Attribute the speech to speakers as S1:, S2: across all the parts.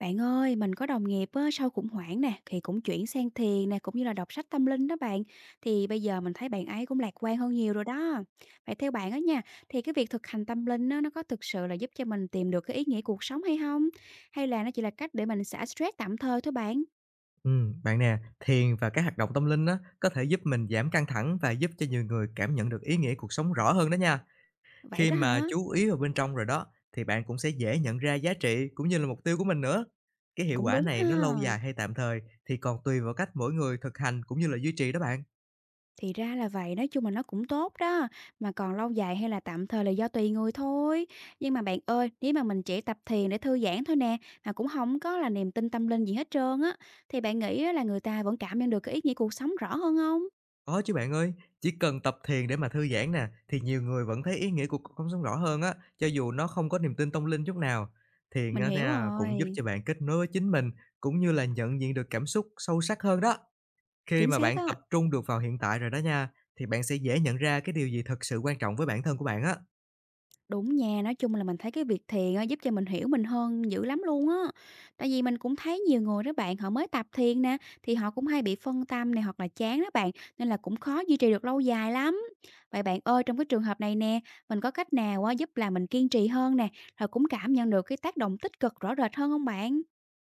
S1: Bạn ơi, mình có đồng nghiệp á, sau khủng hoảng nè, thì cũng chuyển sang thiền nè, cũng như là đọc sách tâm linh đó bạn. Thì bây giờ mình thấy bạn ấy cũng lạc quan hơn nhiều rồi đó. Vậy theo bạn á nha, thì cái việc thực hành tâm linh á, nó có thực sự là giúp cho mình tìm được cái ý nghĩa cuộc sống hay không? Hay là nó chỉ là cách để mình xả stress tạm thời thôi bạn?
S2: Bạn nè, thiền và các hoạt động tâm linh á, có thể giúp mình giảm căng thẳng và giúp cho nhiều người cảm nhận được ý nghĩa cuộc sống rõ hơn đó nha.
S1: Vậy
S2: Khi
S1: đó
S2: mà
S1: hả?
S2: chú ý vào bên trong rồi đó, thì bạn cũng sẽ dễ nhận ra giá trị cũng như là mục tiêu của mình nữa. Cái hiệu
S1: Cũng
S2: quả
S1: đúng
S2: này nó
S1: ha.
S2: lâu dài hay tạm thời thì còn tùy vào cách mỗi người thực hành cũng như là duy trì đó bạn.
S1: Thì ra là vậy, nói chung là nó cũng tốt đó, mà còn lâu dài hay là tạm thời là do tùy người thôi. Nhưng mà bạn ơi, nếu mà mình chỉ tập thiền để thư giãn thôi nè, mà cũng không có là niềm tin tâm linh gì hết trơn á, thì bạn nghĩ á là người ta vẫn cảm nhận được cái ý nghĩa cuộc sống rõ hơn không?
S2: Có chứ bạn ơi, chỉ cần tập thiền để mà thư giãn nè, thì nhiều người vẫn thấy ý nghĩa của cuộc sống rõ hơn á, cho dù nó không có niềm tin tâm linh chút nào. Thiền
S1: Mình
S2: á
S1: hiểu
S2: nha, cũng giúp
S1: rồi,
S2: cho bạn kết nối với chính mình, cũng như là nhận diện được cảm xúc sâu sắc hơn đó. Khi
S1: chính
S2: mà
S1: xác
S2: bạn
S1: á.
S2: tập trung được vào hiện tại rồi đó nha, thì bạn sẽ dễ nhận ra cái điều gì thật sự quan trọng với bản thân của bạn á.
S1: Đúng nha, nói chung là mình thấy cái việc thiền á, giúp cho mình hiểu mình hơn dữ lắm luôn á. Tại vì mình cũng thấy nhiều người đó bạn, họ mới tập thiền nè, thì họ cũng hay bị phân tâm này hoặc là chán đó bạn, nên là cũng khó duy trì được lâu dài lắm. Vậy bạn ơi, trong cái trường hợp này nè, mình có cách nào á, giúp là mình kiên trì hơn nè, rồi cũng cảm nhận được cái tác động tích cực rõ rệt hơn không bạn?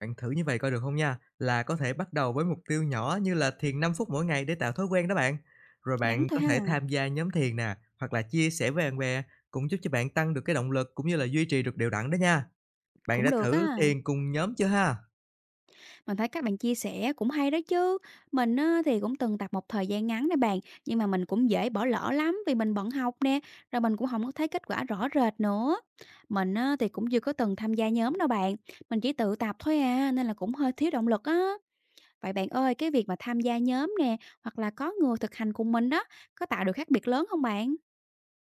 S2: Bạn thử như vậy coi được không nha, là có thể bắt đầu với mục tiêu nhỏ như là thiền 5 phút mỗi ngày để tạo thói quen đó bạn. Rồi
S1: Ngắn
S2: bạn
S1: thôi
S2: có
S1: ha,
S2: thể tham gia nhóm thiền nè, hoặc là chia sẻ với bạn bè cũng giúp cho bạn tăng được cái động lực cũng như là duy trì được đều đặn đó nha. Bạn
S1: cũng
S2: đã
S1: được
S2: thử
S1: á.
S2: thiền cùng nhóm chưa ha?
S1: Mình thấy các bạn chia sẻ cũng hay đó chứ. Mình á, thì cũng từng tập một thời gian ngắn nè bạn, nhưng mà mình cũng dễ bỏ lỡ lắm vì mình bận học nè, rồi mình cũng không có thấy kết quả rõ rệt nữa. Mình á, thì cũng chưa có từng tham gia nhóm đâu bạn, mình chỉ tự tập thôi à, nên là cũng hơi thiếu động lực á. Vậy bạn ơi, cái việc mà tham gia nhóm nè, hoặc là có người thực hành cùng mình đó, có tạo được khác biệt lớn không bạn?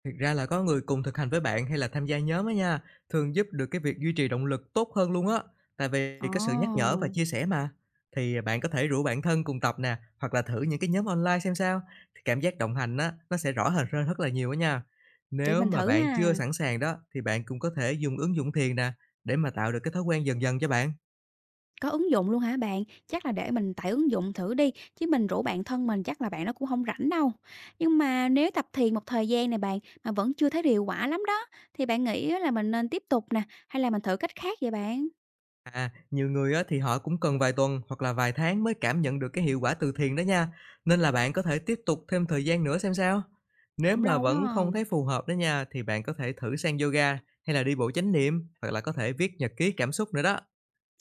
S2: Thực ra là có người cùng thực hành với bạn hay là tham gia nhóm á nha, thường giúp được cái việc duy trì động lực tốt hơn luôn á, tại vì
S1: Ồ,
S2: có sự nhắc nhở và chia sẻ mà. Thì bạn có thể rủ bạn thân cùng tập nè, hoặc là thử những cái nhóm online xem sao, thì cảm giác đồng hành á, nó sẽ rõ hơn rất rất là nhiều á nha.
S1: để
S2: Nếu
S1: mình
S2: mà
S1: thử
S2: bạn chưa
S1: ha.
S2: sẵn sàng đó, thì bạn cũng có thể dùng ứng dụng thiền nè, để mà tạo được cái thói quen dần dần cho bạn.
S1: Có ứng dụng luôn hả bạn? Chắc là để mình tải ứng dụng thử đi, chứ mình rủ bạn thân mình chắc là bạn nó cũng không rảnh đâu. Nhưng mà nếu tập thiền một thời gian này bạn, mà vẫn chưa thấy hiệu quả lắm đó, thì bạn nghĩ á là mình nên tiếp tục nè, hay là mình thử cách khác vậy bạn?
S2: À, nhiều người á thì họ cũng cần vài tuần hoặc là vài tháng mới cảm nhận được cái hiệu quả từ thiền đó nha. Nên là bạn có thể tiếp tục thêm thời gian nữa xem sao. Nếu
S1: Cũng
S2: mà
S1: lâu
S2: vẫn
S1: ha,
S2: không thấy phù hợp đó nha, thì bạn có thể thử sang yoga hay là đi bộ chánh niệm, hoặc là có thể viết nhật ký cảm xúc nữa đó.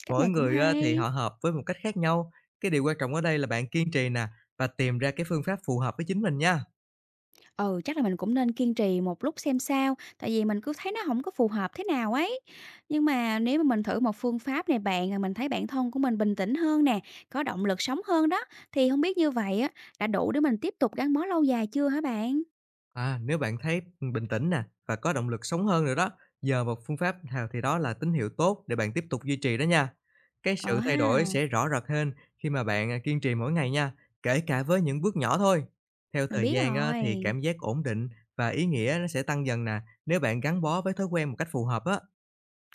S1: cách
S2: Mỗi
S1: này cũng
S2: người á thì họ
S1: hay.
S2: hợp với một cách khác nhau. Cái điều quan trọng ở đây là bạn kiên trì nè, và tìm ra cái phương pháp phù hợp với chính mình nha.
S1: Ừ, chắc là mình cũng nên kiên trì một lúc xem sao, tại vì mình cứ thấy nó không có phù hợp thế nào ấy. Nhưng mà nếu mà mình thử một phương pháp này bạn, rồi mình thấy bản thân của mình bình tĩnh hơn nè, có động lực sống hơn đó, thì không biết như vậy á, đã đủ để mình tiếp tục gắn bó lâu dài chưa hả bạn?
S2: À, nếu bạn thấy bình tĩnh nè và có động lực sống hơn nữa đó, giờ một phương pháp nào thì đó là tín hiệu tốt để bạn tiếp tục duy trì đó nha. Cái
S1: Ờ
S2: sự thay
S1: ha,
S2: đổi sẽ rõ rệt hơn khi mà kiên trì mỗi ngày nha, kể cả với những bước nhỏ thôi. Theo
S1: mình
S2: thời
S1: biết
S2: gian á, thì
S1: rồi,
S2: cảm giác ổn định và ý nghĩa nó sẽ tăng dần nè, nếu bạn gắn bó với thói quen một cách phù hợp á.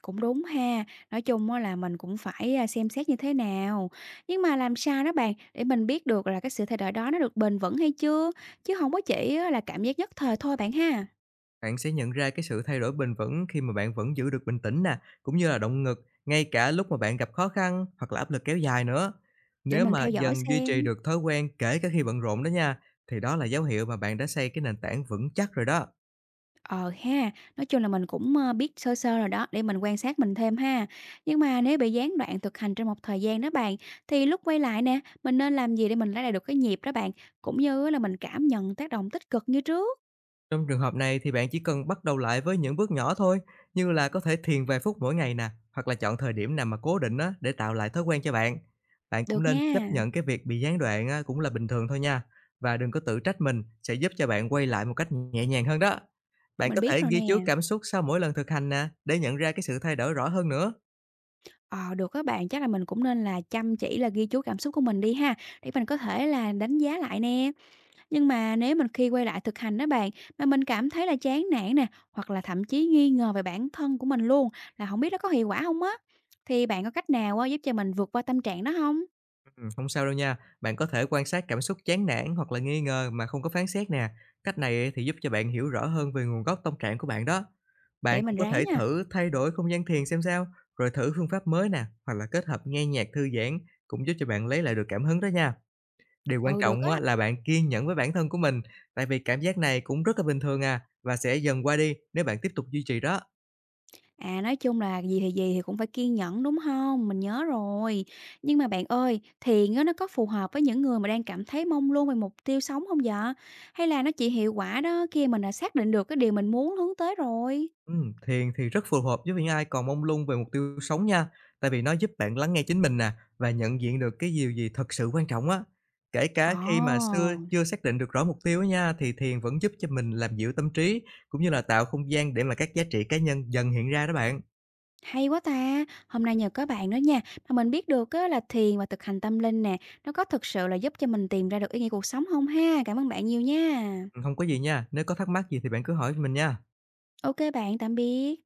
S1: cũng đúng ha. Nói chung á là mình cũng phải, xem xét như thế nào. Nhưng mà làm sao đó bạn, để mình biết được là cái sự thay đổi đó nó được bền vững hay chưa? Chứ không có chỉ á là cảm giác nhất thời thôi bạn ha,
S2: Bạn sẽ nhận ra cái sự thay đổi bền vững khi mà bạn vẫn giữ được bình tĩnh nè, cũng như là động lực ngay cả lúc mà bạn gặp khó khăn hoặc là áp lực kéo dài nữa.
S1: để
S2: Nếu
S1: mình
S2: mà
S1: theo dõi
S2: dần duy
S1: xem.
S2: trì được thói quen kể cả khi bận rộn đó nha, thì đó là dấu hiệu mà bạn đã xây cái nền tảng vững chắc rồi đó.
S1: Ờ ha, nói chung là mình cũng, biết sơ sơ rồi đó, để mình quan sát mình thêm ha. Nhưng mà nếu bị gián đoạn thực hành trong một thời gian đó bạn, thì lúc quay lại nè, mình nên làm gì để mình lấy lại được cái nhịp đó bạn? Cũng như là mình cảm nhận tác động tích cực như trước.
S2: Trong trường hợp này thì bạn chỉ cần bắt đầu lại với những bước nhỏ thôi, như là có thể thiền vài phút mỗi ngày nè, hoặc là chọn thời điểm nào mà cố định á để tạo lại thói quen cho bạn. Bạn cũng
S1: Được
S2: nên chấp
S1: nha,
S2: nhận cái việc bị gián đoạn á, cũng là bình thường thôi nha, và đừng có tự trách mình, sẽ giúp cho bạn quay lại một cách nhẹ nhàng hơn đó. Bạn
S1: mình
S2: có
S1: biết
S2: thể
S1: rồi
S2: ghi chú
S1: nè.
S2: cảm xúc sau mỗi lần thực hành nè, để nhận ra cái sự thay đổi rõ hơn nữa.
S1: Ờ, được các bạn, chắc là mình cũng nên là chăm chỉ là ghi chú cảm xúc của mình đi ha, để mình có thể là đánh giá lại nè. Nhưng mà nếu mình khi quay lại thực hành đó bạn, mà mình cảm thấy là chán nản nè, hoặc là thậm chí nghi ngờ về bản thân của mình luôn, là không biết nó có hiệu quả không á? Thì bạn có cách nào á, giúp cho mình vượt qua tâm trạng đó không?
S2: Hông sao đâu nha. Bạn có thể quan sát cảm xúc chán nản hoặc là nghi ngờ mà không có phán xét nè. Cách này á thì giúp cho bạn hiểu rõ hơn về nguồn gốc tâm trạng của bạn đó. Bạn
S1: Để
S2: cũng
S1: mình
S2: có
S1: ráng
S2: thể
S1: nha.
S2: thử thay đổi không gian thiền xem sao, rồi thử phương pháp mới nè, hoặc là kết hợp nghe nhạc thư giãn cũng giúp cho bạn lấy lại được cảm hứng đó nha. Điều quan
S1: Ừ, được
S2: trọng
S1: á.
S2: á là bạn kiên nhẫn với bản thân của mình, tại vì cảm giác này cũng rất là bình thường à, và sẽ dần qua đi nếu bạn tiếp tục duy trì đó.
S1: À, nói chung là gì thì cũng phải kiên nhẫn, đúng không? Mình nhớ rồi. Nhưng mà bạn ơi, thiền á, nó có phù hợp với những người mà đang cảm thấy mong luôn về mục tiêu sống không vậy? Hay là nó chỉ hiệu quả đó khi mình đã xác định được cái điều mình muốn hướng tới rồi?
S2: Thiền thì rất phù hợp với những ai còn mông lung về mục tiêu sống nha, tại vì nó giúp bạn lắng nghe chính mình nè và nhận diện được cái điều gì thật sự quan trọng á. Kể
S1: Ờ.
S2: cả khi mà xưa chưa xác định được rõ mục tiêu á nha, thì thiền vẫn giúp cho mình làm dịu tâm trí cũng như là tạo không gian để mà các giá trị cá nhân dần hiện ra đó bạn.
S1: Hay quá ta! Hôm nay nhờ có bạn đó nha, mà mình biết được á là thiền và thực hành tâm linh nè, nó có thực sự là giúp cho mình tìm ra được ý nghĩa cuộc sống không ha? Cảm ơn bạn nhiều nha.
S2: Không có gì nha, nếu có thắc mắc gì thì bạn cứ hỏi mình nha.
S1: Ok bạn, tạm biệt.